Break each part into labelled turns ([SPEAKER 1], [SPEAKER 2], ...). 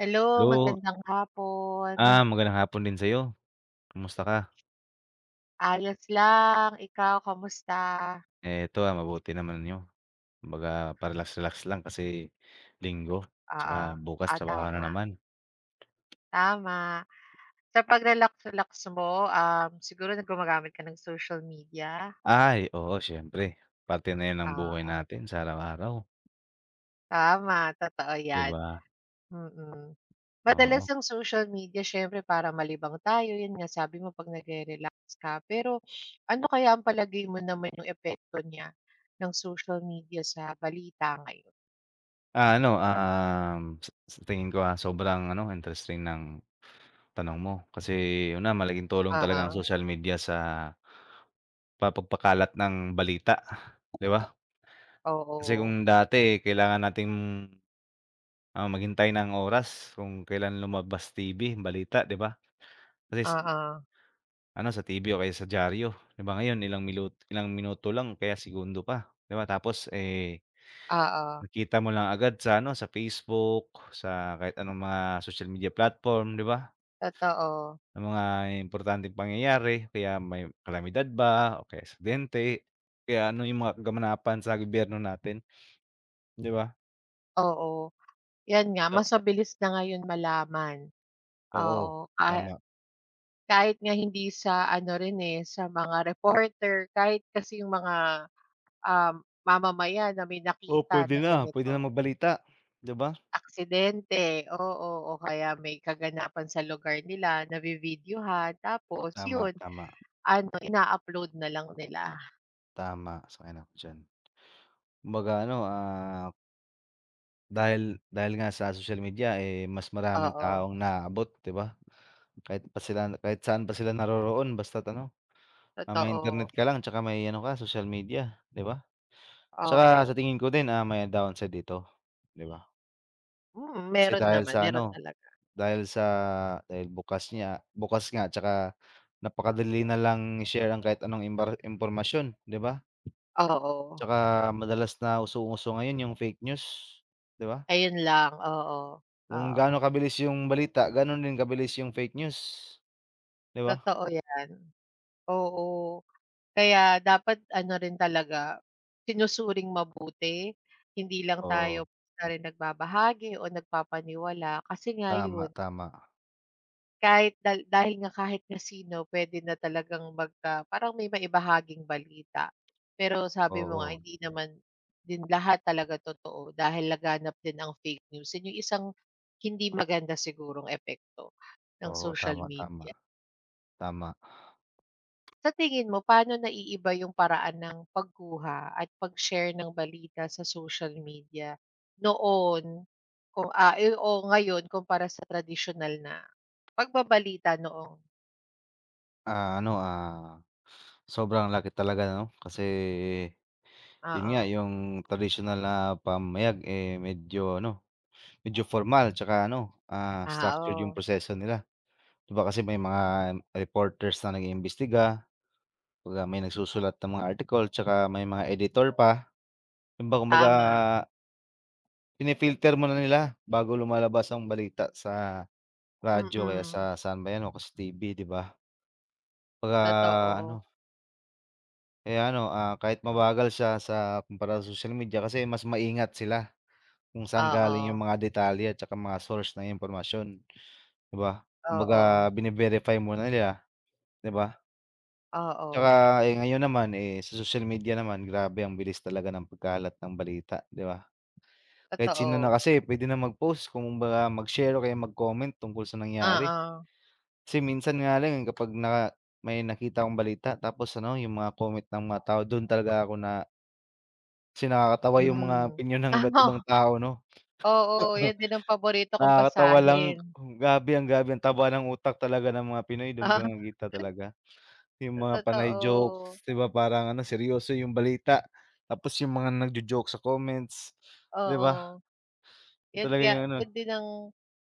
[SPEAKER 1] Hello,
[SPEAKER 2] Hello,
[SPEAKER 1] magandang hapon.
[SPEAKER 2] magandang hapon din sa'yo. Kumusta ka?
[SPEAKER 1] Ayos lang, ikaw kamusta?
[SPEAKER 2] Eto, mabuti naman niyo. Kumbaga pa relax lang kasi Linggo, tsaka
[SPEAKER 1] Oo,
[SPEAKER 2] bukas
[SPEAKER 1] ah,
[SPEAKER 2] trabaho na
[SPEAKER 1] tama,
[SPEAKER 2] naman.
[SPEAKER 1] tama. Sa pag-relax-relax mo, siguro na gumagamit ka ng social media?
[SPEAKER 2] Ay, oo siyempre, parte na 'yun ng buhay
[SPEAKER 1] Oo,
[SPEAKER 2] natin sa araw-araw,
[SPEAKER 1] tama, totoo
[SPEAKER 2] 'di
[SPEAKER 1] 'yan,
[SPEAKER 2] ba?
[SPEAKER 1] mm.
[SPEAKER 2] Oo.
[SPEAKER 1] Madalas ang social media syempre para malibang tayo, 'yun nga sabi mo 'pag nagre-relax ka. Pero ano kaya ang palagay mo naman yung epekto niya ng social media sa balita ngayon?
[SPEAKER 2] Ano, sa tingin ko, sobrang ano, interesting ng tanong mo. Kasi una, malaking tulong talaga ang
[SPEAKER 1] Oo,
[SPEAKER 2] social media sa pagpakalat ng balita, 'di ba? Kasi kung
[SPEAKER 1] oo,
[SPEAKER 2] dati kailangan nating maghintay ng oras kung kailan lumabas TV, balita, 'di ba? Kasi
[SPEAKER 1] oo.
[SPEAKER 2] ano, sa TV o kaya sa diaryo, 'di ba ngayon ilang minuto lang kaya segundo pa, 'di ba? Tapos, eh,
[SPEAKER 1] Oo,
[SPEAKER 2] nakita mo lang agad sa ano, sa Facebook, sa kahit anong mga social media platform, 'di ba?
[SPEAKER 1] totoo.
[SPEAKER 2] Ang mga importanteng pangyayari, kaya may kalamidad ba o kaya aksidente, kaya ano yung mga kaganapan sa gobyerno natin, 'di ba?
[SPEAKER 1] Oo, 'yan nga
[SPEAKER 2] So
[SPEAKER 1] mas mabilis na ngayon malaman. Oo,
[SPEAKER 2] oo, tama.
[SPEAKER 1] kahit nga hindi sa ano rin, eh, sa mga reporter, kahit kasi yung mga, mamamayan na may
[SPEAKER 2] Oo,
[SPEAKER 1] nakita na
[SPEAKER 2] puwede
[SPEAKER 1] ganito,
[SPEAKER 2] na magbalita, 'di ba?
[SPEAKER 1] aksidente, oo, o kaya may kaganapan sa lugar nila, nabibidyuhan tapos
[SPEAKER 2] Tama,
[SPEAKER 1] yun,
[SPEAKER 2] tama.
[SPEAKER 1] ano, ina-upload na lang nila.
[SPEAKER 2] Tama, sang-ayon ako diyan. Kumbaga ano, dahil dahil nga sa social media, eh, mas maraming
[SPEAKER 1] Oo,
[SPEAKER 2] taong naaabot, 'di ba? Kahit pa sila kahit saan pa sila naroroon basta't ano, may
[SPEAKER 1] totoo.
[SPEAKER 2] internet ka lang tsaka may ano ka, social media, 'di ba? Tsaka sa
[SPEAKER 1] Oo.
[SPEAKER 2] tingin ko din, may downside dito, 'di ba?
[SPEAKER 1] Mm,
[SPEAKER 2] Kasi
[SPEAKER 1] meron
[SPEAKER 2] dahil
[SPEAKER 1] naman,
[SPEAKER 2] sa
[SPEAKER 1] meron
[SPEAKER 2] ano,
[SPEAKER 1] talaga.
[SPEAKER 2] dahil sa dahil bukas nga tsaka napakadali na lang i-share ang kahit anong impormasyon, 'di ba?
[SPEAKER 1] Oo.
[SPEAKER 2] Tsaka madalas na usong-uso ngayon yung fake news, 'di ba?
[SPEAKER 1] Ayun lang, oo,
[SPEAKER 2] Kung
[SPEAKER 1] oo.
[SPEAKER 2] gaano kabilis yung balita, gano'n din kabilis yung fake news, 'di ba?
[SPEAKER 1] Totoo yan, oo. Kaya dapat ano rin talaga, sinusuring mabuti, hindi lang
[SPEAKER 2] Oo.
[SPEAKER 1] tayo basta rin nagbabahagi o nagpapaniwala kasi nga
[SPEAKER 2] Tama,
[SPEAKER 1] yun,
[SPEAKER 2] tama.
[SPEAKER 1] kahit dahil nga kahit na sino puwede na talagang magka parang may maibahaging balita. Pero sabi mo nga
[SPEAKER 2] Oo,
[SPEAKER 1] hindi naman din lahat talaga totoo dahil laganap din ang fake news, yun yung isang hindi maganda sigurong epekto ng
[SPEAKER 2] oo.
[SPEAKER 1] social
[SPEAKER 2] Tama, tama,
[SPEAKER 1] media.
[SPEAKER 2] tama.
[SPEAKER 1] Sa tingin mo, paano naiiba yung paraan ng pagkuha at pag-share ng balita sa social media noon kung, eh, o ngayon kumpara sa traditional na pagbabalita noong.
[SPEAKER 2] Ano, sobrang laki talaga 'no, kasi yun nga
[SPEAKER 1] Oo.
[SPEAKER 2] yung tradisyonal na pamamayag, eh, medyo ano, medyo formal tsaka ano,
[SPEAKER 1] Ah,
[SPEAKER 2] structured yung
[SPEAKER 1] oo,
[SPEAKER 2] proseso nila. 'Di ba kasi may mga reporters na nag-iimbestiga, kumbaga may nagsusulat ng mga article tsaka may mga editor pa. Yun ba kumbaga
[SPEAKER 1] tama.
[SPEAKER 2] pini-filter muna nila bago lumalabas ang balita sa
[SPEAKER 1] Mm,
[SPEAKER 2] radyo kaya sa
[SPEAKER 1] mm,
[SPEAKER 2] saan ba 'yan o sa TV, 'di ba? Pagka ano,
[SPEAKER 1] totoo.
[SPEAKER 2] kaya ano, kahit mabagal siya sa kumpara sa social media kasi mas maingat sila kung saan galing yung
[SPEAKER 1] Oo,
[SPEAKER 2] mga detalye at saka mga source ng impormasyon, 'di ba? Kumbaga
[SPEAKER 1] oo,
[SPEAKER 2] bine-verify muna nila, 'di ba?
[SPEAKER 1] oo,
[SPEAKER 2] Tsaka, eh, ngayon naman, eh, sa social media naman grabe ang bilis talaga ng pagkalat ng balita, 'di ba? Kahit sino na
[SPEAKER 1] totoo.
[SPEAKER 2] kasi pwede na mag-post, kumbaga mag-share o kaya mag-comment tungkol sa nangyari.
[SPEAKER 1] Oo,
[SPEAKER 2] Kasi minsan nga lang, eh, kapag may nakita akong balita tapos ano, yung mga comment ng mga tao dun talaga ako na kasi nakakatawa yung mga
[SPEAKER 1] hmm.
[SPEAKER 2] opinyon ng iba't ibang tao 'no.
[SPEAKER 1] Oo, oo,
[SPEAKER 2] Oo.
[SPEAKER 1] yan din ang paborito kong
[SPEAKER 2] Nakakatawa lang,
[SPEAKER 1] basahin.
[SPEAKER 2] grabe ang taba ng utak talaga ng mga Pinoy dun ko
[SPEAKER 1] Oo,
[SPEAKER 2] nakita talaga. Yung mga panay
[SPEAKER 1] totoo,
[SPEAKER 2] jokes, 'di ba parang ano seryoso yung balita, tapos yung mga nagjo-joke sa comments, 'di ba?
[SPEAKER 1] oo. Yan
[SPEAKER 2] Talaga
[SPEAKER 1] kaya
[SPEAKER 2] yung ano,
[SPEAKER 1] yun din ang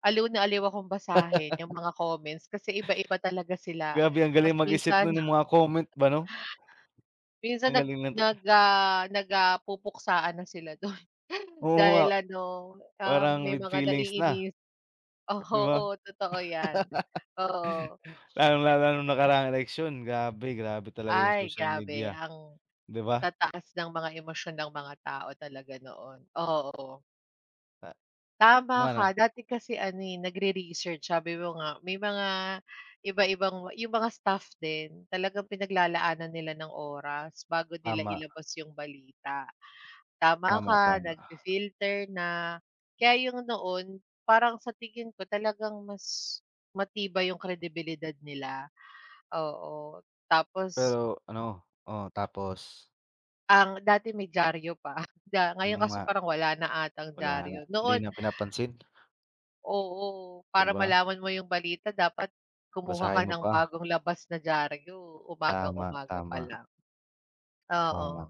[SPEAKER 1] aliw na aliw akong basahin yung mga comments kasi iba-iba talaga sila.
[SPEAKER 2] grabe ang
[SPEAKER 1] Tas
[SPEAKER 2] galing mag-isip
[SPEAKER 1] minsan,
[SPEAKER 2] nun ng mga comment ba 'no?
[SPEAKER 1] minsan
[SPEAKER 2] Ang
[SPEAKER 1] nag
[SPEAKER 2] galing lang
[SPEAKER 1] nag, ah, nagpupuksaan na sila dun.
[SPEAKER 2] oo nga,
[SPEAKER 1] Dahil ano,
[SPEAKER 2] parang
[SPEAKER 1] may
[SPEAKER 2] with
[SPEAKER 1] mga
[SPEAKER 2] feelings na,
[SPEAKER 1] naiinis.
[SPEAKER 2] 'di ba?
[SPEAKER 1] Oo, totoo yan. Oo.
[SPEAKER 2] Lalong lalo na nung nakaraang eleksyon, grabe, grabe talaga yung
[SPEAKER 1] Ay
[SPEAKER 2] social
[SPEAKER 1] grabe
[SPEAKER 2] media,
[SPEAKER 1] ang
[SPEAKER 2] 'di ba?
[SPEAKER 1] tataas ng mga emosyon ng mga tao talaga noon, oo.
[SPEAKER 2] Ta tama
[SPEAKER 1] Tama
[SPEAKER 2] na?
[SPEAKER 1] ka, dati kasi ano, eh, nagre-research sabi mo nga may mga iba-ibang yung mga staff din talagang pinaglalaanan nila ng oras bago nila
[SPEAKER 2] Tama,
[SPEAKER 1] ilabas yung balita. Tama
[SPEAKER 2] tama,
[SPEAKER 1] ka,
[SPEAKER 2] tama.
[SPEAKER 1] nag filter na. Kaya yung noon parang sa tingin ko talagang mas matibay yung kredibilidad nila, oo. Tapos
[SPEAKER 2] Pero ano, oo, tapos
[SPEAKER 1] ang dati may diaryo pa, ngayon
[SPEAKER 2] yun
[SPEAKER 1] kasi
[SPEAKER 2] nga,
[SPEAKER 1] parang wala na atang
[SPEAKER 2] wala na,
[SPEAKER 1] diaryo.
[SPEAKER 2] hindi
[SPEAKER 1] Noon.
[SPEAKER 2] na pinapansin,
[SPEAKER 1] Oo,
[SPEAKER 2] 'di
[SPEAKER 1] para
[SPEAKER 2] ba?
[SPEAKER 1] malaman mo yung balita dapat kumuha ka
[SPEAKER 2] Basahin mo
[SPEAKER 1] ng
[SPEAKER 2] pa,
[SPEAKER 1] bagong labas na diyaryo
[SPEAKER 2] tama,
[SPEAKER 1] umagang-umaga pa
[SPEAKER 2] tama,
[SPEAKER 1] lang. Oo, oo.
[SPEAKER 2] tama.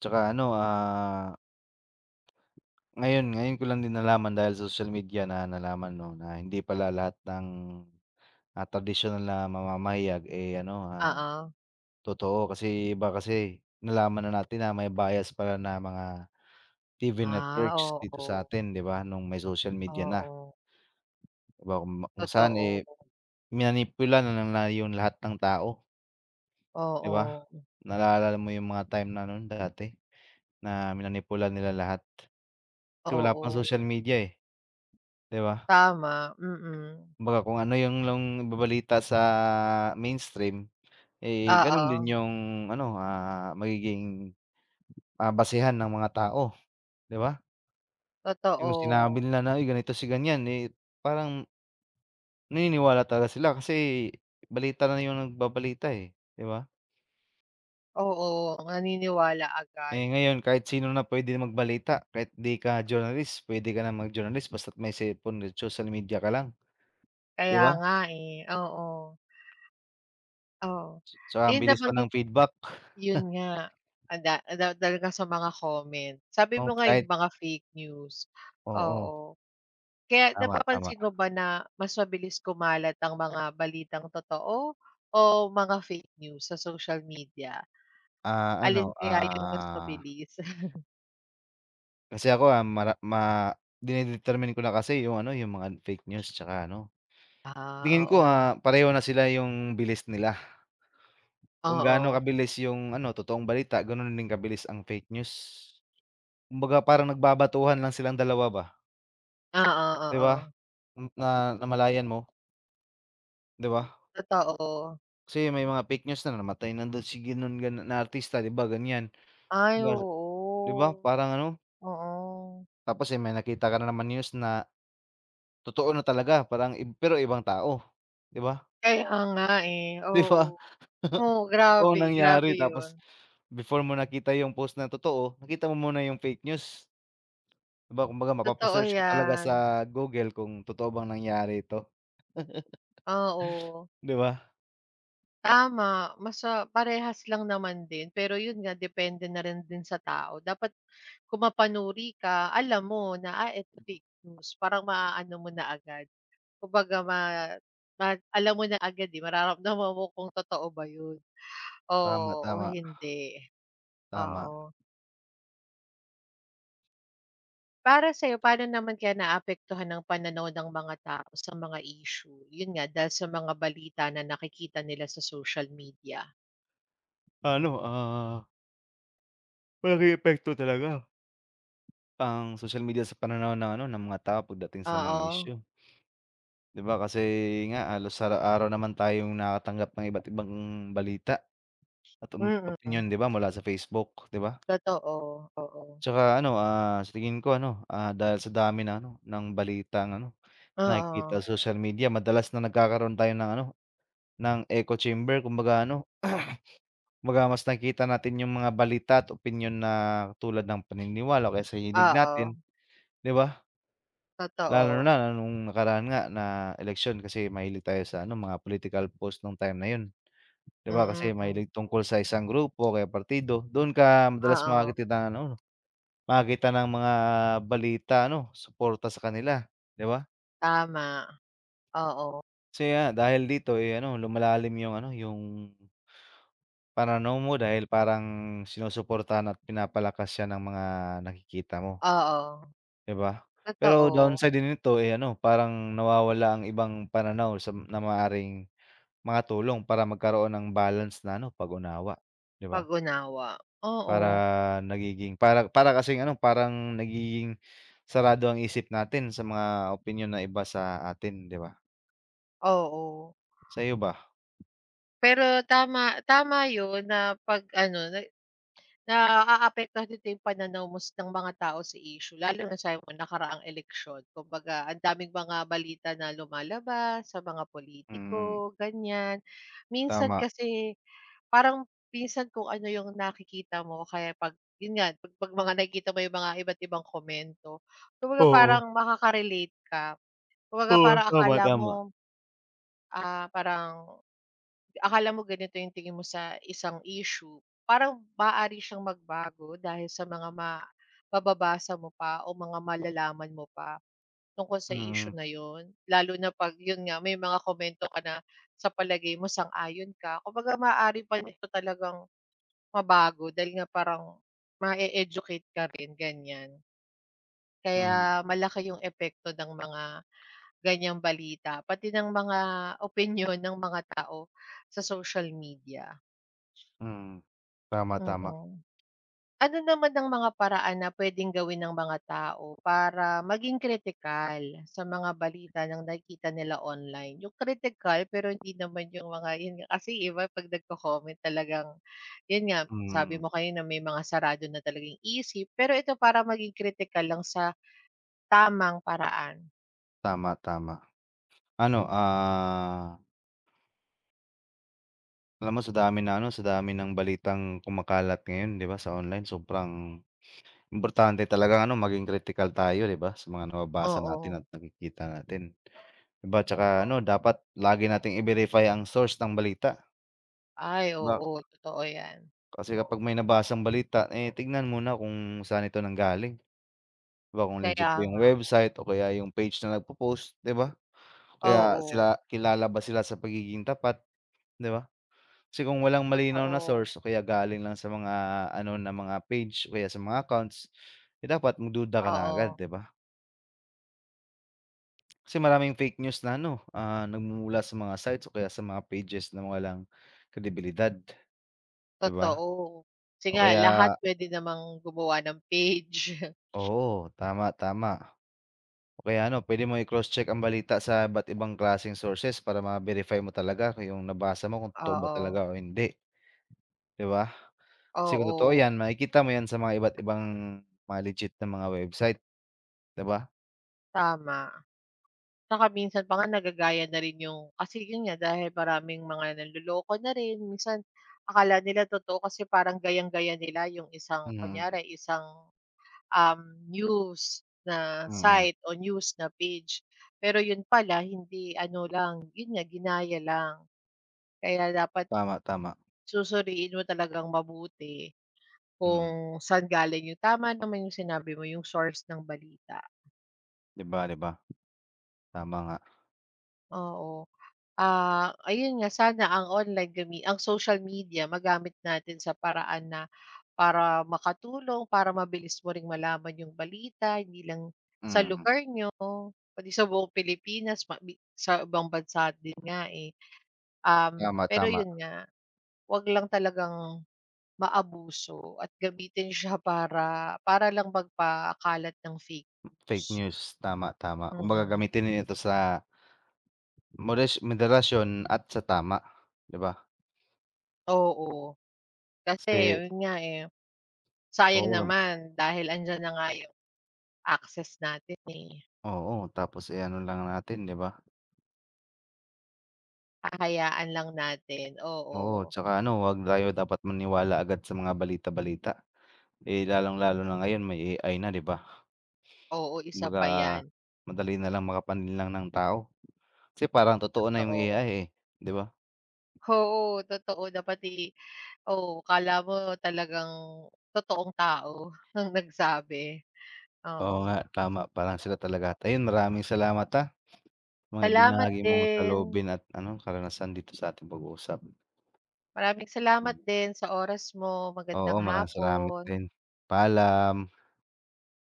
[SPEAKER 2] Tsaka ano, ngayon ngayon ko lang din nalaman dahil sa social media na nalaman 'no, na hindi pala lahat ng, tradisyonal na mamamahayag, eh, ano,
[SPEAKER 1] Ah,
[SPEAKER 2] totoo. Kasi iba kasi nalaman na natin na may bias pala na mga TV
[SPEAKER 1] Ah,
[SPEAKER 2] networks dito sa
[SPEAKER 1] oo,
[SPEAKER 2] atin, 'di ba, nung may social media na,
[SPEAKER 1] oo,
[SPEAKER 2] 'di ba, kung saan, eh,
[SPEAKER 1] totoo.
[SPEAKER 2] manipula na lang na yung lahat ng tao, 'di ba?
[SPEAKER 1] Oo,
[SPEAKER 2] Naalala mo yung mga time na nun dati na minanipula nila lahat kasi wala pang social
[SPEAKER 1] oo,
[SPEAKER 2] media, eh, 'di ba?
[SPEAKER 1] tama, mm.
[SPEAKER 2] Kumbaga kung ano yung lang ibabalita sa mainstream, eh, ganun
[SPEAKER 1] Oo,
[SPEAKER 2] din yung ano, magiging, basehan ng mga tao, 'di ba? Yung
[SPEAKER 1] totoo.
[SPEAKER 2] sinabi nila na, "Uy, ganito si ganyan," eh, parang naniniwala talaga sila kasi balita na yung nagbabalita, eh, 'di ba?
[SPEAKER 1] Oo, naniniwala agad.
[SPEAKER 2] Eh, ngayon kahit sino na pwede magbalita, kahit 'di ka journalist pwede ka na mag-journalist basta't may cellphone at social media ka lang, 'di
[SPEAKER 1] Kaya
[SPEAKER 2] ba?
[SPEAKER 1] nga, eh, oo, oo.
[SPEAKER 2] So ang
[SPEAKER 1] Yung
[SPEAKER 2] bilis pa ng
[SPEAKER 1] nabanggit
[SPEAKER 2] feedback.
[SPEAKER 1] Yun nga, ang talaga sa mga comment. Sabi
[SPEAKER 2] Oh,
[SPEAKER 1] mo nga yung
[SPEAKER 2] kahit
[SPEAKER 1] mga fake news,
[SPEAKER 2] oo,
[SPEAKER 1] oo. Kaya
[SPEAKER 2] tama, tama.
[SPEAKER 1] napapansin mo ba na mas mabilis kumalat ang mga balitang totoo o mga fake news sa social media? Alin
[SPEAKER 2] Ano,
[SPEAKER 1] kaya yung mas mabilis?
[SPEAKER 2] kasi ako, mara ma dine ko na kasi yung ano, yung mga fake news tsaka ano,
[SPEAKER 1] Ah,
[SPEAKER 2] tingin ko,
[SPEAKER 1] oo.
[SPEAKER 2] pareho na sila yung bilis nila. Kung gaano
[SPEAKER 1] Oo.
[SPEAKER 2] kabilis yung ano, totoong balita gano'n din kabilis ang fake news. Kumbaga parang nagbabatuhan lang silang dalawa ba,
[SPEAKER 1] Oo,
[SPEAKER 2] 'di ba?
[SPEAKER 1] oo.
[SPEAKER 2] Na namalayan mo, 'di ba?
[SPEAKER 1] Totoo.
[SPEAKER 2] Kasi may mga fake news na namatay na daw si ganon ganon na artista 'di ba ganyan.
[SPEAKER 1] Ay,
[SPEAKER 2] Gas 'Di ba
[SPEAKER 1] oo.
[SPEAKER 2] parang ano,
[SPEAKER 1] Oo.
[SPEAKER 2] tapos, eh, may nakita ka na naman news na totoo na talaga parang pero ibang tao, 'di ba?
[SPEAKER 1] Kaya nga, eh,
[SPEAKER 2] 'Di
[SPEAKER 1] oo.
[SPEAKER 2] ba?
[SPEAKER 1] Oo,
[SPEAKER 2] Totoong
[SPEAKER 1] grabe,
[SPEAKER 2] nangyari
[SPEAKER 1] grabe yun.
[SPEAKER 2] tapos before mo nakita yung post na totoo, nakita mo muna yung fake news. 'Di ba kumbaga
[SPEAKER 1] Totoo
[SPEAKER 2] mapapa-search ka talaga sa
[SPEAKER 1] yan.
[SPEAKER 2] Google kung totoo bang nangyari ito,
[SPEAKER 1] Ah, oo,
[SPEAKER 2] 'di ba?
[SPEAKER 1] tama. Mas, parehas lang naman din. Pero yun nga, depende na rin din sa tao. Dapat kumapanuri ka, alam mo na, ah, eto fake news. Parang maaano mo na agad. Kumbaga ma ma alam mo na agad, eh, mararamdaman mo kung totoo ba yun,
[SPEAKER 2] Tama,
[SPEAKER 1] oo, o
[SPEAKER 2] tama,
[SPEAKER 1] hindi.
[SPEAKER 2] tama.
[SPEAKER 1] Oo. Para sa'yo, paano naman kaya naapektuhan ng pananaw ng mga tao sa mga issue? Yun nga, dahil sa mga balita na nakikita nila sa social media.
[SPEAKER 2] Ano, malaking epekto talaga ang social media sa pananaw ng ano, ng mga tao pagdating sa mga
[SPEAKER 1] Oo.
[SPEAKER 2] isyu, 'di ba? Kasi nga halos araw-araw naman tayong nakakatanggap ng iba't ibang balita at
[SPEAKER 1] Mm.
[SPEAKER 2] opinyon, 'di ba, mula sa Facebook, 'di ba?
[SPEAKER 1] Totoo, oo.
[SPEAKER 2] Tsaka ano, sa tingin ko ano, dahil sa dami na ano, ng balitang ano, nakikita
[SPEAKER 1] Oo,
[SPEAKER 2] sa social media madalas na nagkakaroon tayo ng ano ng echo chamber kumbaga ano, kumbaga mas nakikita natin yung mga balita at opinyon na tulad ng paniniwala o kaya sa hilig
[SPEAKER 1] oo,
[SPEAKER 2] natin, 'di ba? Lalo
[SPEAKER 1] totoo.
[SPEAKER 2] na nung nakaraan nga na eleksyon kasi mahilig tayo sa ano, mga political post nung time na yun, 'di ba? Kasi
[SPEAKER 1] Mm,
[SPEAKER 2] mahilig tungkol sa isang grupo o kaya partido, doon ka madalas
[SPEAKER 1] oo,
[SPEAKER 2] makakakita ng ano, makakita ng mga balita ano, suporta sa kanila, 'di ba?
[SPEAKER 1] tama. Oo,
[SPEAKER 2] Kasi nga dahil dito, eh, ano lumalalim yung ano, yung pananaw mo dahil parang sinusuportahan at pinapalakas siya ng mga nakikita mo,
[SPEAKER 1] oo,
[SPEAKER 2] 'di ba? Pero
[SPEAKER 1] totoo.
[SPEAKER 2] downside din nito, eh, ano parang nawawala ang ibang pananaw sa na maaaring makatulong para magkaroon ng balance na ano, pag-unawa, 'di ba?
[SPEAKER 1] Pag-unawa, oo,
[SPEAKER 2] Para para kasing ano, parang nagiging sarado ang isip natin sa mga opinyon na iba sa atin, 'di ba?
[SPEAKER 1] oo.
[SPEAKER 2] Sa'yo ba?
[SPEAKER 1] Pero tama tama 'yun na 'pag ano na naaapektuhan dito 'yung pananaw mo ng mga tao sa issue lalo na sa mga nakaraang eleksyon. Kumbaga ang daming mga balita na lumalabas sa mga
[SPEAKER 2] Mm,
[SPEAKER 1] politiko, ganyan. Minsan
[SPEAKER 2] tama.
[SPEAKER 1] kasi. Parang pinsan kung ano yung nakikita mo kaya 'pag yun nga, 'pag mga nakikita mo yung mga iba't ibang komento, kumbaga
[SPEAKER 2] Oo,
[SPEAKER 1] parang makaka-relate ka. Kumbaga
[SPEAKER 2] oo,
[SPEAKER 1] parang
[SPEAKER 2] tama,
[SPEAKER 1] akala
[SPEAKER 2] tama.
[SPEAKER 1] mo, parang akala mo ganito yung tingin mo sa isang issue, parang maaari siyang magbago dahil sa mga mababasa mo pa o mga malalaman mo pa tungkol sa
[SPEAKER 2] Mm,
[SPEAKER 1] issue na yun. Lalo na 'pag yun nga, may mga komento ka na sa palagay mo sang-ayon ka, kumbaga maaari pa nito talagang mabago dahil nga parang ma-e-educate ka rin, ganyan. Kaya
[SPEAKER 2] hmm.
[SPEAKER 1] malaki yung epekto ng mga ganyang balita, pati ng mga opinyon ng mga tao sa social media,
[SPEAKER 2] Mm. Tama, tama.
[SPEAKER 1] mm. Ano naman ang mga paraan na puwedeng gawin ng mga tao para maging kritikal sa mga balita ng nakikita nila online? Yung kritikal pero hindi naman yung mga yun nga kasi iba 'pag nagko-comment talagang yun nga, sabi
[SPEAKER 2] Mm.
[SPEAKER 1] mo kayo na may mga sarado na talagang isip, pero ito para maging kritikal lang sa tamang paraan.
[SPEAKER 2] Tama, tama. Ano, alam mo sa dami na ano, sa dami ng balitang kumakalat ngayon 'di ba sa online sobrang importante talagang ano maging kritikal tayo 'di ba sa mga nababasa natin at
[SPEAKER 1] Oo.
[SPEAKER 2] nakikita natin. 'Di ba tsaka ano dapat lagi nating i-verify ang source ng balita.
[SPEAKER 1] Ay
[SPEAKER 2] 'Di ba
[SPEAKER 1] oo, totoo 'yan.
[SPEAKER 2] kasi kapag may nabasang balita, eh, tignan muna kung saan ito nanggaling. 'Di ba kung legit
[SPEAKER 1] Kaya
[SPEAKER 2] ba yung
[SPEAKER 1] nga.
[SPEAKER 2] website o kaya yung page na nagpo-post 'di ba? Kaya
[SPEAKER 1] Oo,
[SPEAKER 2] sila kilala ba sila sa pagiging tapat? 'Di ba? Kasi kung walang malinaw na
[SPEAKER 1] totoo.
[SPEAKER 2] source o kaya galing lang sa mga ano na mga page o kaya sa mga accounts, eh, dapat magduda ka na agad,
[SPEAKER 1] Oo.
[SPEAKER 2] 'di ba? Kasi maraming fake news na ano, nagmumula sa mga sites o kaya sa mga pages na walang kredibilidad, 'di ba?
[SPEAKER 1] Totoo. Kasi
[SPEAKER 2] O
[SPEAKER 1] nga
[SPEAKER 2] kaya
[SPEAKER 1] lahat puwede namang gumawa ng page.
[SPEAKER 2] oo, tama, tama. O kaya ano, pwede mo i-cross-check ang balita sa iba't ibang klaseng sources para ma-verify mo talaga kung yung nabasa mo kung totoo ba talaga
[SPEAKER 1] Oo,
[SPEAKER 2] o hindi, 'di ba? Kasi kung totoo
[SPEAKER 1] oo,
[SPEAKER 2] 'yan, makikita mo 'yan sa mga iba't ibang mga legit na mga website. 'Di ba?
[SPEAKER 1] tama. Tsaka minsan pa nga nagagaya na rin yung kasi yun nga dahil maraming mga nanloloko na rin minsan akala nila totoo kasi parang gayang-gaya nila yung isang
[SPEAKER 2] Mm,
[SPEAKER 1] kunyari isang, um, news na
[SPEAKER 2] mm.
[SPEAKER 1] site o news na page. Pero yun pala hindi ano lang, yun nga ginaya lang. Kaya dapat
[SPEAKER 2] Tama, tama,
[SPEAKER 1] susuriin mo talagang mabuti. Kung
[SPEAKER 2] mm.
[SPEAKER 1] saan galing yun. Tama naman yung sinabi mo, yung source ng balita,
[SPEAKER 2] 'Di ba, 'di ba? Tama nga,
[SPEAKER 1] oo. Ah, ayun nga sana ang online ang social media magamit natin sa paraan na para makatulong, para mabilis mo ring malaman yung balita, hindi lang sa
[SPEAKER 2] mm.
[SPEAKER 1] lugar nyo, pati sa buong Pilipinas, ma bi sa ibang bansa din nga, eh.
[SPEAKER 2] Tama,
[SPEAKER 1] Pero
[SPEAKER 2] tama.
[SPEAKER 1] yun nga, 'wag lang talagang maabuso at gamitin siya para para lang magpakalat ng fake
[SPEAKER 2] Fake
[SPEAKER 1] news.
[SPEAKER 2] news, tama, tama. Kumbaga
[SPEAKER 1] Mm,
[SPEAKER 2] gamitin nila ito sa moderasyon at sa tama, 'di ba?
[SPEAKER 1] oo. Kasi
[SPEAKER 2] Kasi
[SPEAKER 1] yun nga, eh, sayang
[SPEAKER 2] oo,
[SPEAKER 1] naman dahil andiyan na nga yung access natin, eh,
[SPEAKER 2] oo, tapos i-ano lang natin, 'di ba?
[SPEAKER 1] hahayaan lang natin, oo.
[SPEAKER 2] Oo, tsaka ano, 'wag tayo dapat maniwala agad sa mga balita-balita. Eh, lalong-lalo na ngayon may AI na, 'di ba?
[SPEAKER 1] Oo, isa
[SPEAKER 2] Kumbaga
[SPEAKER 1] pa yan,
[SPEAKER 2] madali na lang makapanlinlang ng tao. Kasi parang totoo na yung
[SPEAKER 1] totoo.
[SPEAKER 2] AI, eh, 'di ba?
[SPEAKER 1] Oo, totoo na pati oo, akala mo talagang totoong tao ang nagsabi,
[SPEAKER 2] Oo nga,
[SPEAKER 1] oo.
[SPEAKER 2] tama parang sila talaga at ayun maraming salamat, mga
[SPEAKER 1] Salamat
[SPEAKER 2] ibinahagi mong
[SPEAKER 1] din,
[SPEAKER 2] saloobin at ano karanasan dito sa ating pag-uusap.
[SPEAKER 1] maraming salamat
[SPEAKER 2] Hmm.
[SPEAKER 1] din sa oras mo,
[SPEAKER 2] Oo,
[SPEAKER 1] magandang
[SPEAKER 2] maraming salamat
[SPEAKER 1] hapon.
[SPEAKER 2] din. Paalam.